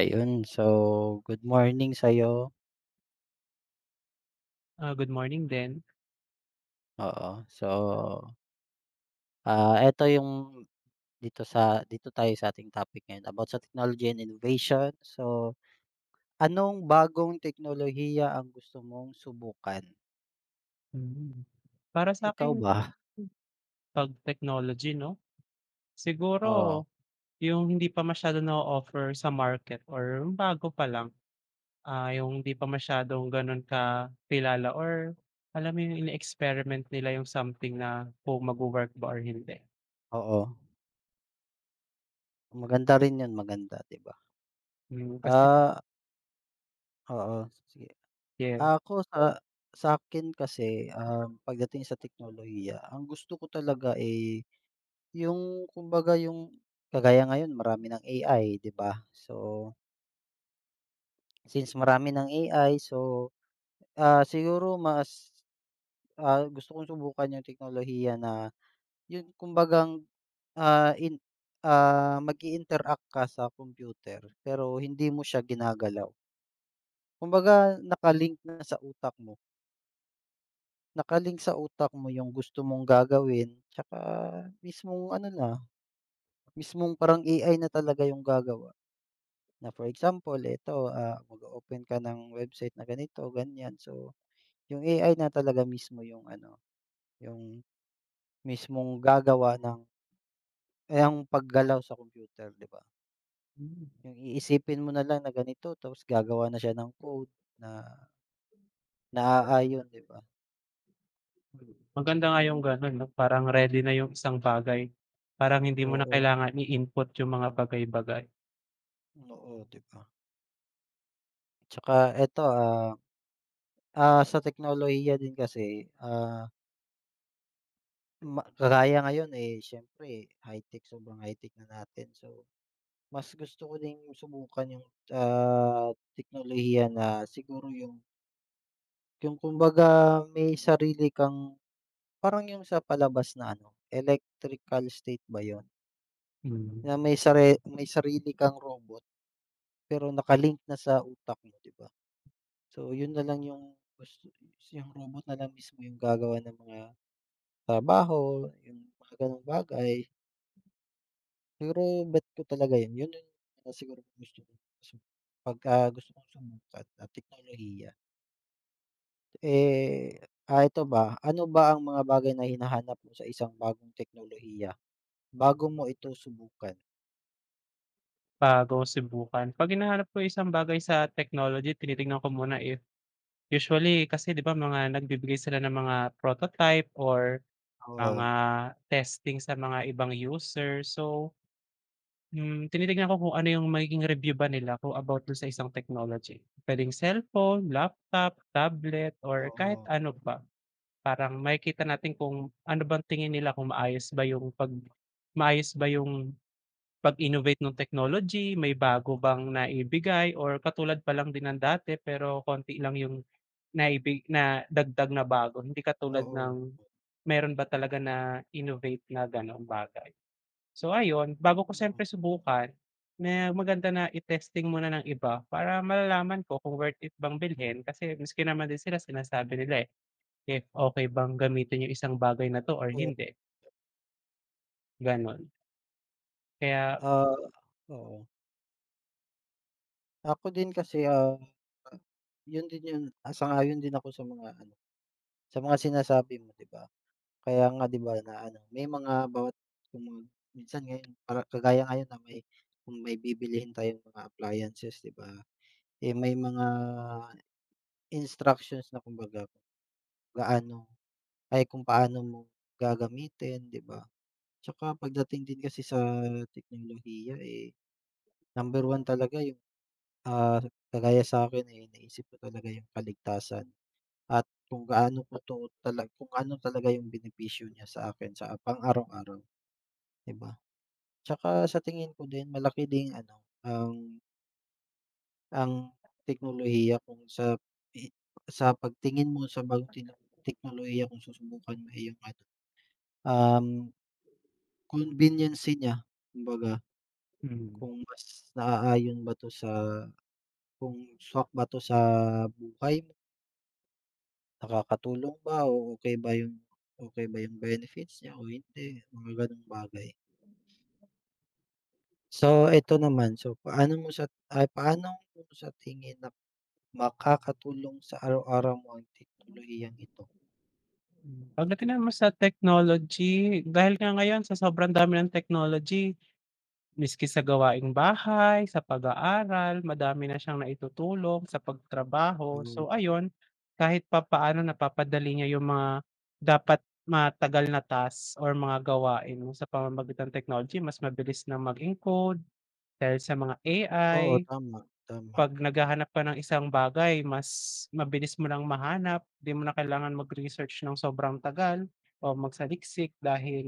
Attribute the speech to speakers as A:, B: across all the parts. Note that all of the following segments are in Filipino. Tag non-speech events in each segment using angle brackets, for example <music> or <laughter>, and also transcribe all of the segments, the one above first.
A: Ayun, so good morning sa'yo,
B: Good morning din.
A: oo. So, eto yung dito tayo sa ating topic ngayon about sa technology and innovation. So, anong bagong teknolohiya ang gusto mong subukan?
B: Mm. Para sa
A: Ikaw
B: akin
A: ba?
B: 'pag technology 'no, siguro
A: Oo,
B: yung hindi pa masyadong na offer sa market or yung bago pa lang, yung hindi pa masyadong gano'n kakilala or alam mo yung ine-experiment nila yung something na kung magwo-work ba or hindi.
A: oo. Maganda rin yun, maganda, 'di ba?
B: Kasi
A: Ah, oo, sige.
B: yeah, yes.
A: Ako sa akin kasi, pagdating sa teknolohiya, ang gusto ko talaga, eh, yung kumbaga yung kagaya ngayon marami ng AI, 'di ba? So, since marami ng AI, so, siguro mas, gusto kong subukan yung teknolohiya na yung kumbagang, ah, in mag-i-interact ka sa computer pero hindi mo siya ginagalaw. Kumbaga naka-link na sa utak mo, naka-link sa utak mo yung gusto mong gagawin 'tsaka mismong ano na, mismong parang AI na talaga yung gagawa. Na for example eto, mag-o-open ka ng website na ganito, ganyan. So, yung AI na talaga mismo yung ano, yung mismong gagawa ng eh, ang paggalaw sa computer, 'di ba?
B: Hmm,
A: Yung iisipin mo na lang na ganito tapos gagawa na siya ng code na naaayon, 'di ba?
B: maganda nga
A: So,
B: yung gano'n 'no, parang ready na yung isang bagay, parang hindi mo na
A: oo,
B: kailangan i-input yung mga bagay-bagay.
A: oo, 'di ba? Tsaka eto, sa teknolohiya din kasi, ah, ma kagaya ngayon, eh, siyempre high-tech, sobrang high-tech na natin. So, mas gusto ko ding subukan yung, teknolohiya na siguro yung kumbaga may sarili kang parang yung sa palabas na ano, Electrical State ba yun?
B: Hmm.
A: Na may sarili kang robot pero naka-link na sa utak mo, 'di ba? So, yun na lang yung gusto yung robot na lang mismo yung gagawa ng mga trabaho, yung mga gano'ng bagay. Siguro bet ko talaga yun, yun yung siguro gusto kong sub pagka gusto kong subukan na teknolohiya. Eh, ito ba, ano ba ang mga bagay na hinahanap mo sa isang bagong teknolohiya bago mo ito subukan?
B: Bago subukan. 'Pag hinahanap ko isang bagay sa technology tinitignan ko muna if usually kasi 'di ba mga nagbibigay sila ng mga prototype or
A: Oo,
B: mga testing sa mga ibang user. So, tinitignan ko kung ano yung magiging review ba nila kung about dun sa isang technology. Puwedeng cellphone, laptop, tablet, or kahit
A: oo,
B: ano pa. Parang makikita natin kung ano bang tingin nila kung maayos ba yung 'pag maayos ba yung pag-innovate ng technology, may bago bang naibigay or katulad pa lang din ng dati pero konti lang yung naibig na dagdag na bago, hindi katulad
A: oo,
B: ng meron ba talaga na innovate na gano'ng bagay. So ayun, bago ko siyempre subukan, na maganda na i-testing muna ng iba para malalaman ko kung worth it bang bilhin kasi maski naman din sila sinasabi nila, eh, if okay bang gamitin yung isang bagay na 'to or
A: oo,
B: hindi, gano'n. Kaya
A: ah, oo. Ako din kasi, yun din yun, ayon din ako sa mga ano, sa mga sinasabi mo, 'di ba? Kaya nga 'di ba na ano, may mga bawat kung minsan ngayon para kagaya ngayon na may kung may bibilihin tayong mga appliances, 'di ba? Eh, may mga instructions na kumbaga. Gaano ay kung paano mo gagamitin, 'di ba? Tsaka pagdating din kasi sa teknolohiya, eh, number one talaga yung, ah, kagaya sa'kin, eh, naisip ko talaga yung kaligtasan at kung gaano ko 'to kung ano talaga yung benepisyo niya sa akin sa pang-araw-araw, 'di ba? Tsaka sa tingin ko din malaki ding ano, ang teknolohiya kung i sa pagtingin mo sa bagong teknolohiya kung susubukan mo, eh, yung ano, um conveniency niya, kumbaga
B: mm.
A: kung mas naaayon ba 'to sa kung swak ba 'to sa buhay mo, nakakatulong ba o okey ba yung benefits niya o hindi, mga gano'ng bagay. So, eto naman, so paano mo sa tingin na makakatulong sa araw-araw mo ang teknolohiyang ito?
B: Pagdating naman sa technology, dahil nga ngayon sa sobrang dami ng technology, miski sa gawaing bahay, sa pag-aaral, madami na siyang naitutulong sa pagtrabaho.
A: Hmm,
B: So ayun, kahit papaano napapadali niya yung mga dapat matagal na task or mga gawain mo sa pamamagitan ng technology. Mas mabilis na mag-encode dahil sa mga
A: oo,
B: AI.
A: tama, tama,
B: 'Pag naghahanap ka ng isang bagay mas mabilis mo lang mahanap, 'di mo na kailangan mag-research ng sobrang tagal o magsaliksik dahil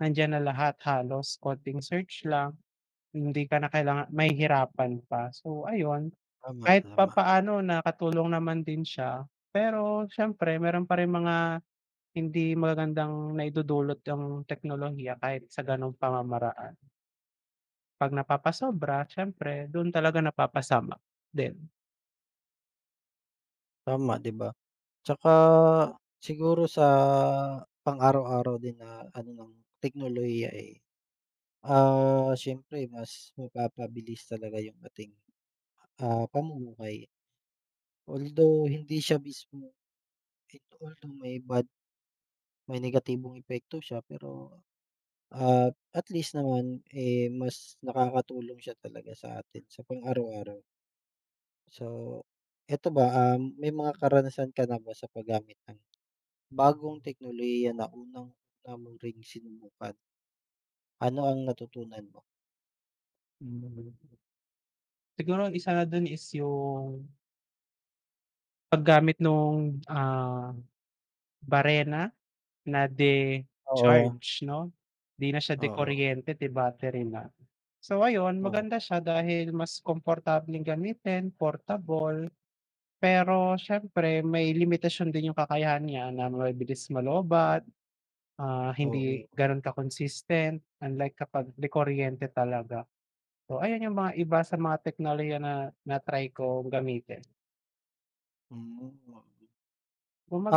B: nandiyan na lahat halos konting search lang, hindi ka na kailangan mahihirapan pa. So ayun,
A: tama,
B: kahit
A: tama,
B: papaano nakatulong naman din siya, pero siyempre meron pa ring mga hindi magagandang naidudulot ang teknolohiya kahit sa gano'ng pamamaraan. 'Pag napapasobra siyempre do'n talaga napapasama din.
A: tama, 'di ba? Tsaka siguro sa pang-araw-araw din na ano ng teknolohiya, eh, siyempre mas mapapabilis talaga yung ating, pamumuhay. Although hindi siya mismo although may negatibong epekto siya pero, at least naman, eh, mas nakakatulong siya talaga sa atin sa pang-araw-araw. So, eto ba, may mga karanasan ka na ba sa paggamit ng bagong teknolohiya na unang-una mo ring sinubukan, ano ang natutunan mo?
B: Hmm. Siguro ang isa na dun is yung paggamit nung, barena na
A: Oo,
B: de-charge 'no? 'Di na siya de
A: oo,
B: kuryente, de battery na. So ayun, maganda
A: oo,
B: siya dahil mas komportableng gamitin, portable, pero siyempre may limitasyon din yung kakayahan niya na mabilis maloobat, hindi
A: oo,
B: gano'n ka-consistent, unlike kapag de kuryente talaga. So ayan yung mga iba sa mga teknolohiya na na-try kong gamitin.
A: hmm. Mm.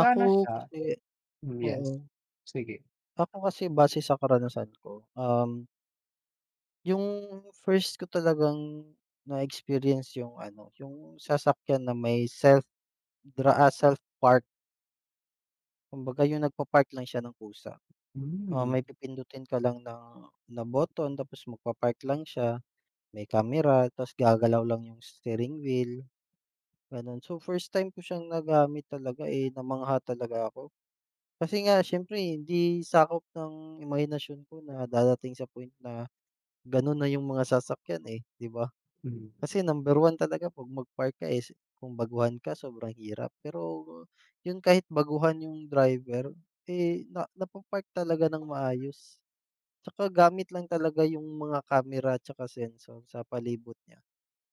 A: Ako
B: siya.
A: kasi
B: Hmm, yes.
A: oo,
B: Sige.
A: ako kasi base sa karanasan ko, yung first ko talagang na-experience yung ano, yung sasakyan na may self-park. Kumbaga yung nagpa-park lang siya ng kusa.
B: Hmm,
A: May pipindutin ka lang na button tapos magpa-park lang siya. May kamera ta's gagalaw lang yung steering wheel, gano'n. So, first time ko siyang nagamit talaga, eh, namangha talaga ako. Kasi nga siyempre hindi sakop ng imahinasyon ko na dadating sa point na gano'n na yung mga sasakyan, eh, 'di ba?
B: hmm.
A: Kasi number one talaga 'pag mag-park ka, eh, kung baguhan ka sobrang hirap. Pero yun kahit baguhan yung driver, eh, na napapark talaga ng maayos. Tsaka gamit lang talaga yung mga kamera tsaka sensor sa palibot niya.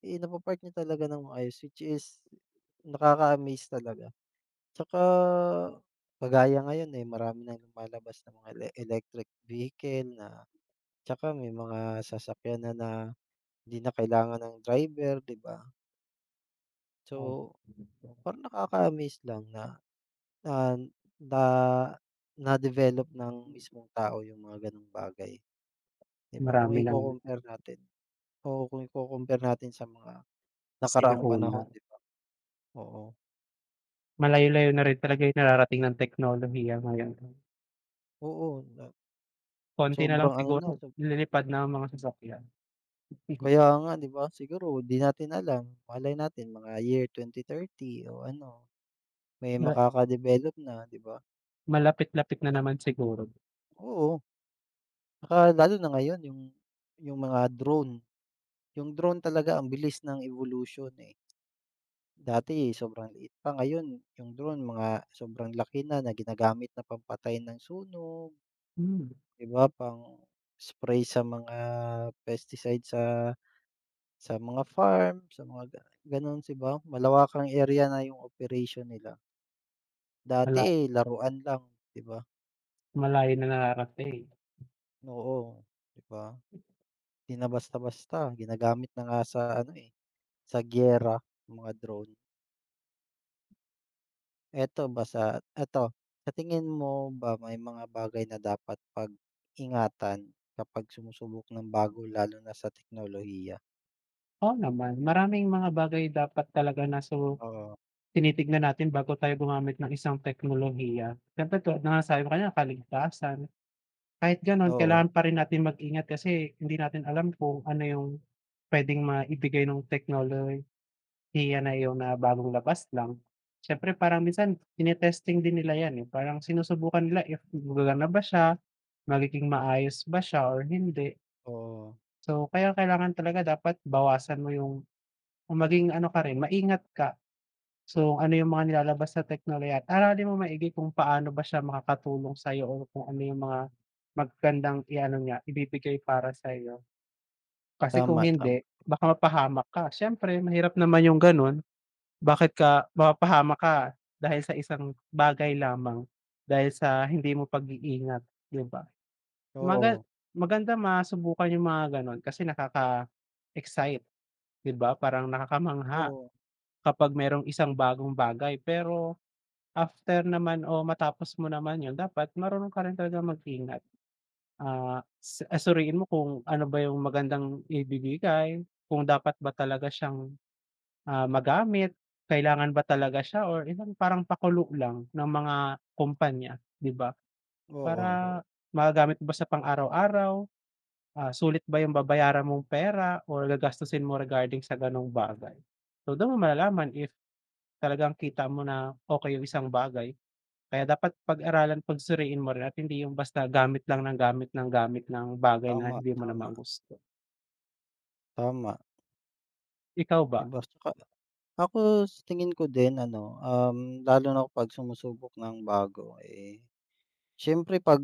A: Eh, napa niya talaga ng maayos, which is nakaka-amaze talaga. Tsaka kagaya ngayon, eh, marami nang lumalabas na mga electric vehicle na tsaka may mga sasakyan na na hindi na kailangan ng driver, 'di ba? So,
B: Oh, hmm.
A: parang nakaka-amaze lang na, na na na-develop ng mismong tao yung mga gano'ng bagay, 'di ba? Kung
B: Marami ng
A: iko-compare natin o kung iko-compare natin sa mga nakaraang
B: sinauna.
A: panahon, 'di ba? Oo,
B: Malayo-layo na rin talaga yung nararating ng teknolohiya ngayon.
A: oo.
B: Konti na lang
A: Sobrang ano
B: siguro
A: na, so
B: lilipad na ang mga sasakyan. <laughs>
A: kaya nga 'di ba, siguro 'di natin alam, malay natin mga year 2030 o ano, may
B: Mala
A: makaka-develop na 'di ba?
B: Malapit-lapit na
A: Ak
B: naman siguro.
A: oo, tsaka lalo na ngayon yung mga drone, yung drone talaga ang bilis ng evolution, eh. Dati sobrang liit pa, ngayon yung drone mga sobrang laki na, na ginagamit na pampatay ng sunog,
B: Hmm,
A: 'di ba, pang-spray sa mga pesticide sa mga farm, sa mga gano'n, 'di ba, malawak ang area na yung operation nila. Dati,
B: mala
A: eh, laruan lang, 'di ba?
B: Malayo na nararating.
A: Oo, 'di ba? 'Di na basta-basta, ginagamit na nga sa ano, eh, sa giyera yung mga drone. Eto ba sa eto, sa tingin mo ba may mga bagay na dapat pag-ingatan kapag sumusubok ng bago, lalo na sa teknolohiya?
B: Oo naman, maraming mga bagay dapat talaga na so
A: Oo,
B: tinitignan natin bago tayo gumamit ng isang teknolohiya. Siyempre tulad ng nasabi ko kanina kaligtasan. Kahit gano'n
A: oo,
B: kailangan pa rin natin mag-ingat kasi hindi natin alam kung ano yung puwedeng maibigay nung teknolohiya na iyon na bagong labas lang. Siyempre parang minsan tine-testing din nila yan, eh, parang sinusubukan nila if gagana ba siya, magiging maayos ba siya or hindi.
A: oo.
B: So, kaya kailangan talaga dapat bawasan mo yung o maging ano ka rin, maingat ka. So, ano yung mga nilalabas na teknolohiya at aralin mong maigi kung paano ba siya makakatulong sa'yo o kung ano yung mga magagandang i-ano niya, ibibigay para sa'yo. Kasi kung
A: Tama, tama.
B: hindi, baka mapahamak ka. Siyempre mahirap naman yung gano'n, bakit ka mapapahamak ka dahil sa isang bagay lamang, dahil sa hindi mo pag-iingat, 'di ba? Maga
A: Oo,
B: Maganda masubukan yung mga gano'n kasi nakaka-excite, 'di ba? Parang nakakamangha
A: oo,
B: kapag merong isang bagong bagay pero after naman o matapos mo naman yun dapat marunong ka rin talagang mag-ingat, sa suriin mo kung ano ba yung magandang ibibigay, kung dapat ba talaga siyang, magamit, kailangan ba talaga siya or yung parang pakulo lang ng mga kumpanya, 'di ba?
A: oo, oo.
B: Para magagamit ba sa pang-araw-araw, sulit ba yung babayaran mong pera or gagastusin mo regarding sa gano'ng bagay. So, dun mo malalaman if talagang kita mo na okay yung isang bagay kaya dapat pag-aralan, pagsuriin mo rin at hindi yung basta gamit ng gamit ng bagay na
A: Tama,
B: hindi mo
A: tama.
B: naman gusto.
A: Tama,
B: Ikaw ba?
A: 'di ba? Tsaka ako sa tingin ko din ano, lalo na kapag sumusubok ng bago, eh, siyempre 'pag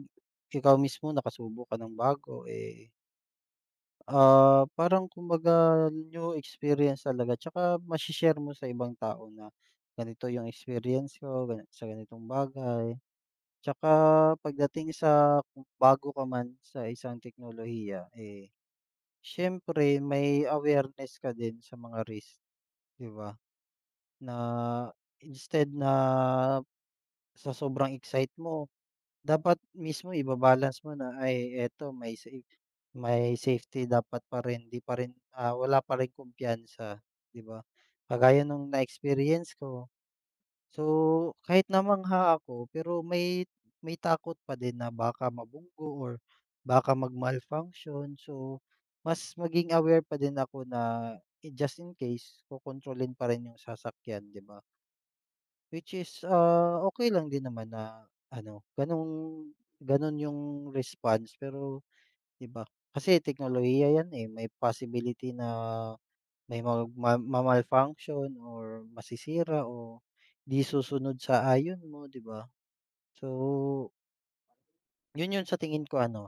A: ikaw mismo nakasubok ka ng bago, eh, parang kumbaga new experience talaga tsaka mashi-share mo sa ibang tao na ganito yung experience ko sa ganitong bagay. Tsaka pagdating sa kung bago ka man sa isang teknolohiya, eh, siyempre may awareness ka din sa mga risk, 'di ba? Na instead na sa sobrang excite mo, dapat mismo iba mo na, ay eto may safety dapat pa rin, 'di pa rin, wala pa rin kumpiyansa, 'di ba? Kagaya nung na-experience ko. So, kahit namangha ako, pero may takot pa din na baka mabunggo or baka mag-malfunction. So, mas maging aware pa din ako na, eh, just in case, kokontrolin pa rin yung sasakyan, 'di ba? Which is, okey lang din naman na ano, gano'ng gano'n yung response, pero 'di ba, kasi teknolohiya 'yan, eh, may possibility na may mag ma ma-malfunction or masisira o 'di susunod sa ayon mo, 'di ba? So, 'yun sa tingin ko ano,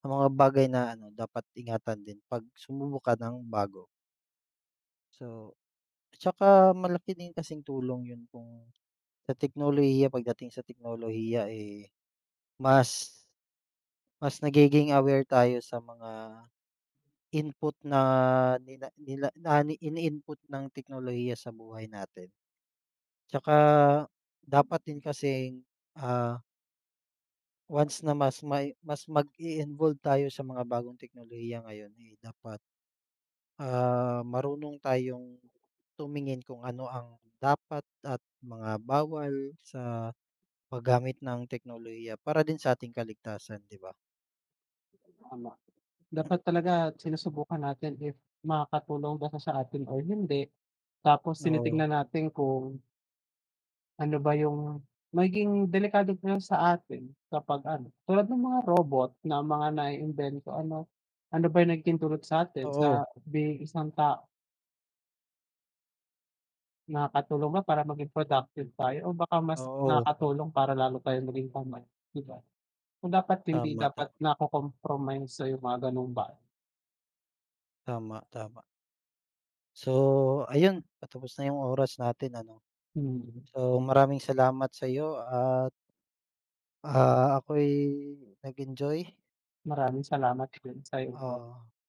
A: ang mga bagay na ano, dapat ingatan din 'pag sumubok ka ng bago. So, tsaka malaki din kasing tulong 'yun kung sa teknolohiya pagdating sa teknolohiya, eh, Mas mas nagiging aware tayo sa mga input na nila nila na ini-input ng teknolohiya sa buhay natin. Tsaka dapat din kasing, ah, once na mas mag involve tayo sa mga bagong teknolohiya ngayon, eh, dapat, marunong tayong tumingin kung ano ang dapat at mga bawal sa paggamit ng teknolohiya para din sa ating kaligtasan, 'di ba?
B: Tama. Dapat talaga sinusubukan natin if makakatulong ba siya sa atin or hindi. Tapos
A: Oo,
B: tinitingnan natin kung ano ba yung magiging delikado pa yun sa atin kapag ano, tulad ng mga robot na mga naiimbento, ano ano ba yung nagiging dulot sa atin
A: oo,
B: sa being isang tao. Nakakatulong ba para maging productive tayo o baka mas
A: oo, oo.
B: nakakatulong para lalo tayong maging tamad, 'di ba? Kung dapat hindi
A: Tama,
B: dapat
A: tama,
B: nako-compromise sa yung mga gano'ng ba.
A: tama, tama. So, ayun patapos na yung oras natin, ano.
B: Hmm,
A: So, maraming salamat sa'yo at, ako'y nag-enjoy,
B: maraming salamat din sa iyong oras.
A: oo.